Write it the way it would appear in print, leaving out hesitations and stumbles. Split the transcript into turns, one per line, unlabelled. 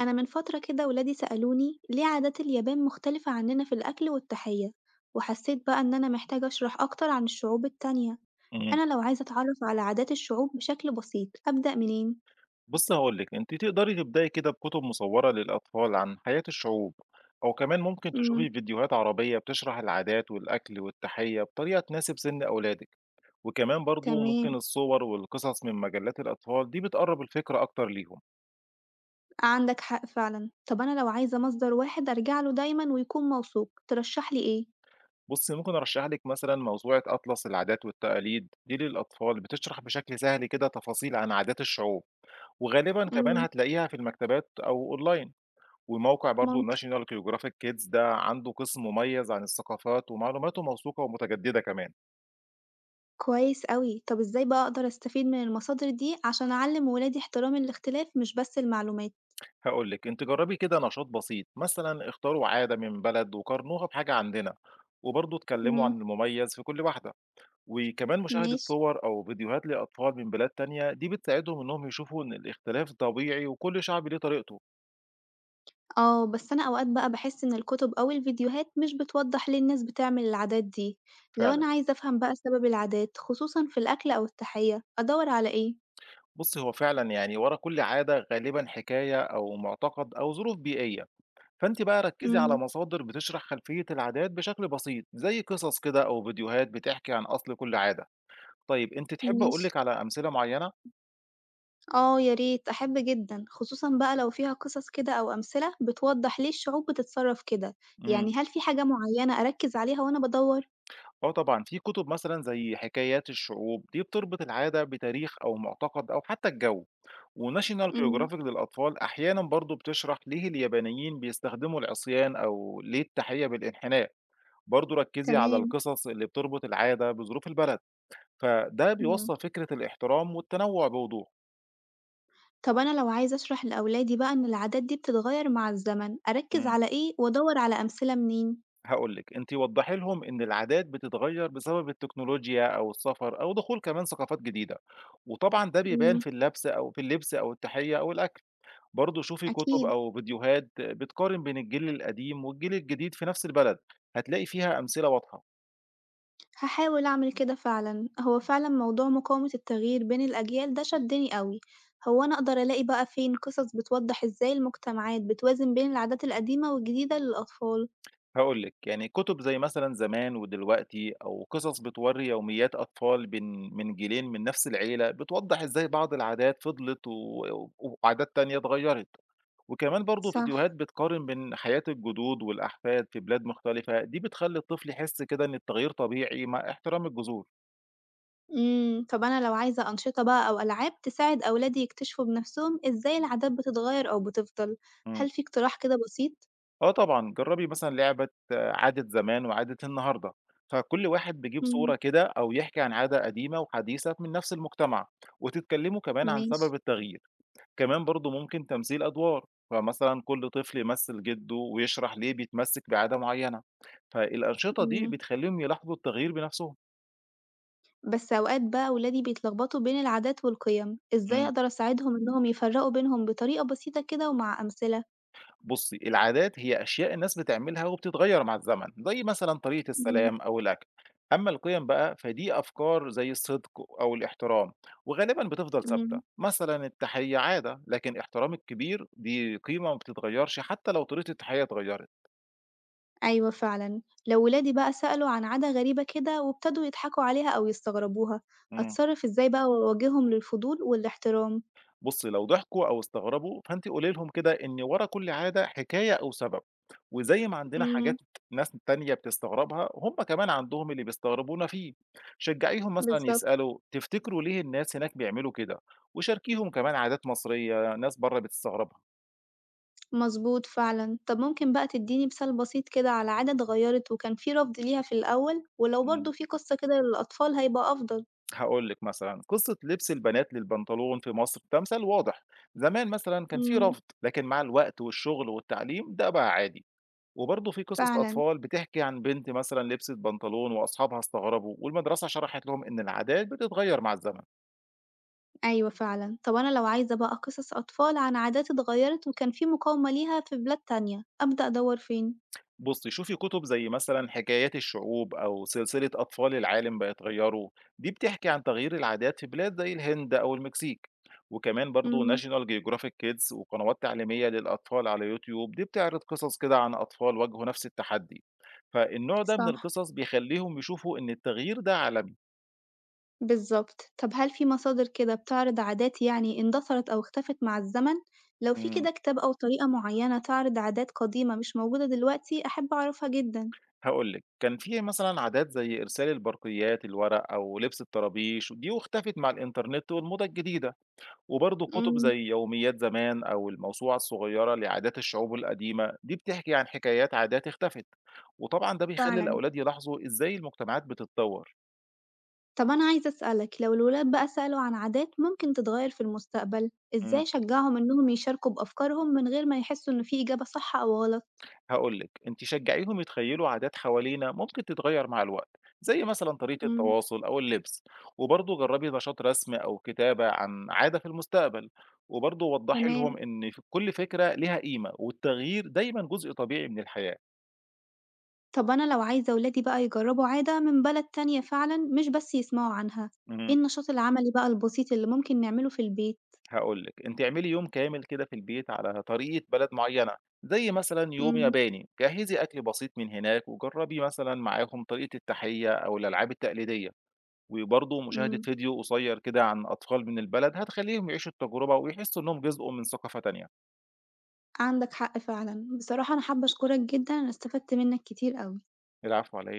أنا من فترة كده ولادي سألوني ليه عادات اليابان مختلفة عننا في الأكل والتحية. وحسيت بقى إن أنا محتاجة أشرح أكتر عن الشعوب التانية.
إمم.
أنا لو عايزة أتعرف على عادات الشعوب بشكل بسيط أبدأ منين؟
بُصّي هاقول لِك، أنتِ تقدري تبدئي كده بكُتب مصوّرة للأطفال عن حياة الشعوب، أو كمان ممكن
مم.
تشوفي فيديوهات عربية بتشرح العادات والأكل والتحية بطريقة تناسب سِن أولادِك، وكمان برضه ممكن
تمام،
الصور والقصص من مجلات الأطفال دي بتقرّب الفكرة أكتر ليهم.
عندك حق فعلا. طب أنا لو عايزة مصدر واحد أرجعله دايما ويكون موثوق ترشحلي إيه؟
بُصّي ممكن أرشّح لِك مثلًا موسوعة أطلس العادات والتقاليد دي للأطفال، بتشرح بشكل سهل كده تفاصيل عن عادات الشعوب، وغالبًا كمان
مم.
هتلاقيها في المكتبات أو أونلاين. وموقع برضه
ممكن.
National Geographic Kids ده عنده قسم مميز عن الثقافات ومعلوماته موثوقة ومتجددة كمان.
كويس أوي. طب إزاي بقى أقدر أستفيد من المصادر دي عشان أعلم ولادي احترام الاختلاف مش بس المعلومات؟
هقول لك انت جربي كده نشاط بسيط مثلا اختاروا عادة من بلد وقارنوها بحاجة عندنا، وبرضه اتكلموا عن
مم.
المميز في كل واحدة. وكمان مشاهدة
ماشي.
صور أو فيديوهات لأطفال من بلاد تانية دي بتساعدهم إنهم يشوفوا إن الاختلاف طبيعي وكل شعب ليه طريقته.
آه، بس أنا أوقات بقى باحس إن الكتب أو الفيديوهات مش بتوضّح ليه الناس بتعمل العادات دي. لو
فعلا.
أنا عايزة أفهم بقى سبب العادات خصوصًا في الأكل أو التحية، أدوّر على إيه؟
بصي هو فعلا يعني ورا كل عادة غالبا حكاية أو معتقد أو ظروف بيئية، فأنتِ بقى ركّزي على
إمم.
مصادر بتشرح خلفية العادات بشكل بسيط، زي قصص كده أو فيديوهات بتحكي عن أصل كل عادة. طيب أنتِ تحبّي أقول
ماشي.
لِك على أمثلة معيّنة؟
آه يا ريت، أحب جدًا، خصوصًا بقى لو فيها قصص كده أو أمثلة بتوضّح ليه الشعوب بتتصرّف كده.
إمم.
يعني هل في حاجة معيّنة أركّز عليها وأنا بادوّر؟
آه طبعًا، في كُتب مثلًا زي حكايات الشعوب، دي بتربط العادة بتاريخ أو معتقد أو حتى الجو. وNational
إمم.
Geographic للأطفال أحيانًا برضه بتشرح ليه اليابانيين بيستخدموا العصيان أو ليه التحية بالانحناء. برضه ركّزي على
تمام.
القصص اللي بتربط العادة بظروف البلد، فده
إمم.
بيوصّل فكرة الاحترام والتنوُّع بوضوح.
طب أنا لو عايزة أشرح لأولادي بقى إن العادات دي بتتغيّر مع الزمن، أركّز
إمم.
على إيه وأدوّر على أمثلة منين؟
هاقول لِك، أنتِ وضّحي لهم إن العادات بتتغيّر بسبب التكنولوجيا أو السفر أو دخول كمان ثقافات جديدة، وطبعًا ده بيبان
إمم.
في اللبس أو التحية أو الأكل، برضه شوفي كُتب
أكيد.
أو فيديوهات بتقارن بين الجيل القديم والجيل الجديد في نفس البلد، هتلاقي فيها أمثلة واضحة.
هاحاول أعمل كده فعلًا. هو فعلًا موضوع مقاومة التغيير بين الأجيال ده شدني أوي. هو أنا أقدر ألاقي بقى فين قصص بتوضح إزاي المجتمعات بتوازن بين العادات القديمة والجديدة للأطفال؟
هاقول لِك، يعني كُتب زي مثلًا زمان ودلوقتي أو قصص بتورّي يوميات أطفال بين من جيلين من نفس العيلة، بتوضّح إزاي بعض العادات فضلت و و- وعادات تانية اتغيّرت، وكمان برضه
صح.
فيديوهات بتقارن بين حياة الجدود والأحفاد في بلاد مختلفة، دي بتخلّي الطفل يحس كده إن التغيير طبيعي مع احترام الجذور.
امم. طب أنا لو عايزة أنشطة بقى أو ألعاب تساعد أولادي يكتشفوا بنفسهم إزاي العادات بتتغير أو بتفضل،
إمم.
هل في اقتراح كده بسيط؟
آه طبعًا، جرّبي مثلًا لعبة عادة زمان وعادة النهارده، فكل واحد بيجيب
امم.
صورة كده أو يحكي عن عادة قديمة وحديثة من نفس المجتمع، وتتكلموا كمان عن
ماشي.
سبب التغيير، كمان برضه ممكن تمثيل أدوار، فمثلًا كل طفل يمثل جده ويشرح ليه بيتمسك بعادة معينة، فالأنشطة دي
امم،
بتخلّيهم يلاحظوا التغيير بنفسهم.
بس أوقات بقى ولادي بيتلخبطوا بين العادات والقيم. إزاي
إمم.
أقدر أساعدهم إنهم يفرقوا بينهم بطريقة بسيطة كده ومع أمثلة؟
بُصّي، العادات هي أشياء الناس بتعملها وبتتغيّر مع الزمن، زي مثلًا طريقة
إمم.
السلام أو الأكل. أمّا القيم بقى فدي أفكار زي الصدق أو الاحترام، وغالبًا بتفضل ثابتة.
إمم.
مثلًا التحية عادة، لكن احترام الكبير دي قيمة ما بتتغيّرش حتى لو طريقة التحية اتغيّرت.
أيوه فعلًا. لو ولادي بقى سألوا عن عادة غريبة كده وابتدوا يضحكوا عليها أو يستغربوها،
إمم.
أتصرف إزاي بقى وأواجههم للفضول والاحترام؟
بُصّي، لو ضحكوا أو استغربوا، فأنتِ قولي لهم كده إن ورا كل عادة حكاية أو سبب، وزي ما عندنا
إمم.
حاجات ناس تانية بتستغربها، هم كمان عندهم اللي بيستغربونا فيه. شجعيهم مثلًا
بالضبط.
يسألوا تفتكروا ليه الناس هناك بيعملوا كده؟ وشاركيهم كمان عادات مصرية ناس برّه بتستغربها.
مضبوط فعلًا. طب ممكن بقى تدّيني مثال بسيط كده على عادة اتغيرت وكان في رفض ليها في الأول، ولو
إمم،
برضه في قصة كده للأطفال هيبقى أفضل.
هاقول لِك مثلًا قصة لبس البنات للبنطلون في مصر ده مثال واضح، زمان مثلًا كان في
إمم.
رفض، لكن مع الوقت والشغل والتعليم ده بقى عادي. وبرضه في قصص
فعلًا.
أطفال بتحكي عن بنت مثلًا لبست بنطلون وأصحابها استغربوا، والمدرسة شرحت لهم إن العادات بتتغير مع الزمن.
أيوه فعلًا. طب أنا لو عايزة بقى قصص أطفال عن عادات اتغيرت وكان في مقاومة ليها في بلاد تانية، أبدأ أدوّر فين؟
بُصي، شوفي كتب زي مثلًا حكايات الشعوب أو سلسلة أطفال العالم بيتغيروا، دي بتحكي عن تغيير العادات في بلاد زي الهند أو المكسيك. وكمان برضه
إمم.
National Geographic Kids وقنوات تعليمية للأطفال على يوتيوب، دي بتعرض قصص كده عن أطفال واجهوا نفس التحدي. فالنوع ده من
صح.
القصص بيخليهم يشوفوا إن التغيير ده عالمي.
بالضبط. طب هل في مصادر كده بتعرض عادات يعني اندثرت أو اختفت مع الزمن؟ لو في
إمم.
كده كتاب أو طريقة معينة تعرض عادات قديمة مش موجودة دلوقتي أحب أعرفها جدًا.
هاقول لِك، كان في مثلًا عادات زي إرسال البرقيات الورق أو لبس الطرابيش، دي واختفت مع الإنترنت والموضة الجديدة، وبرضه كتب
إمم.
زي يوميات زمان أو الموسوعة الصغيرة لعادات الشعوب القديمة، دي بتحكي عن حكايات عادات اختفت، وطبعًا ده بيخلّي
فعلًا.
الأولاد يلاحظوا إزاي المجتمعات بتتطور.
طب أنا عايزة أسألك، لو الولاد بقى سألوا عن عادات ممكن تتغير في المستقبل، إزاي
إمم.
أشجعهم إنهم يشاركوا بأفكارهم من غير ما يحسوا إن في إجابة صح أو غلط؟
هاقول لِك، أنتِ شجّعيهم يتخيّلوا عادات حوالينا ممكن تتغيّر مع الوقت، زي مثلًا طريقة
إمم.
التواصل أو اللبس، وبرضه جرّبي نشاط رسم أو كتابة عن عادة في المستقبل، وبرضه وضّحي لهم
تمام.
إن ف كل فكرة ليها قيمة، والتغيير دايمًا جزء طبيعي من الحياة.
طب أنا لو عايزة ولادي بقى يجربوا عادة من بلد تانية فعلًا مش بس يسمعوا عنها،
اهم،
إيه النشاط العملي بقى البسيط اللي ممكن نعمله في البيت؟
هاقول لِك، أنتِ اعملي يوم كامل كده في البيت على طريقة بلد معيّنة، زي مثلًا يوم
إمم.
ياباني، جهّزي أكل بسيط من هناك، وجرّبي مثلًا معاهم طريقة التحيّة أو الألعاب التقليدية. وبرضه مشاهدة
إمم.
فيديو قصير كده عن أطفال من البلد هتخلّيهم يعيشوا التجربة ويحسّوا إنّهم جزء من ثقافة تانية.
عندك حق فعلًا. بصراحة أنا حابة أشكرك جدًا، أنا استفدت منّك كتير أوي.
العفو على إيه؟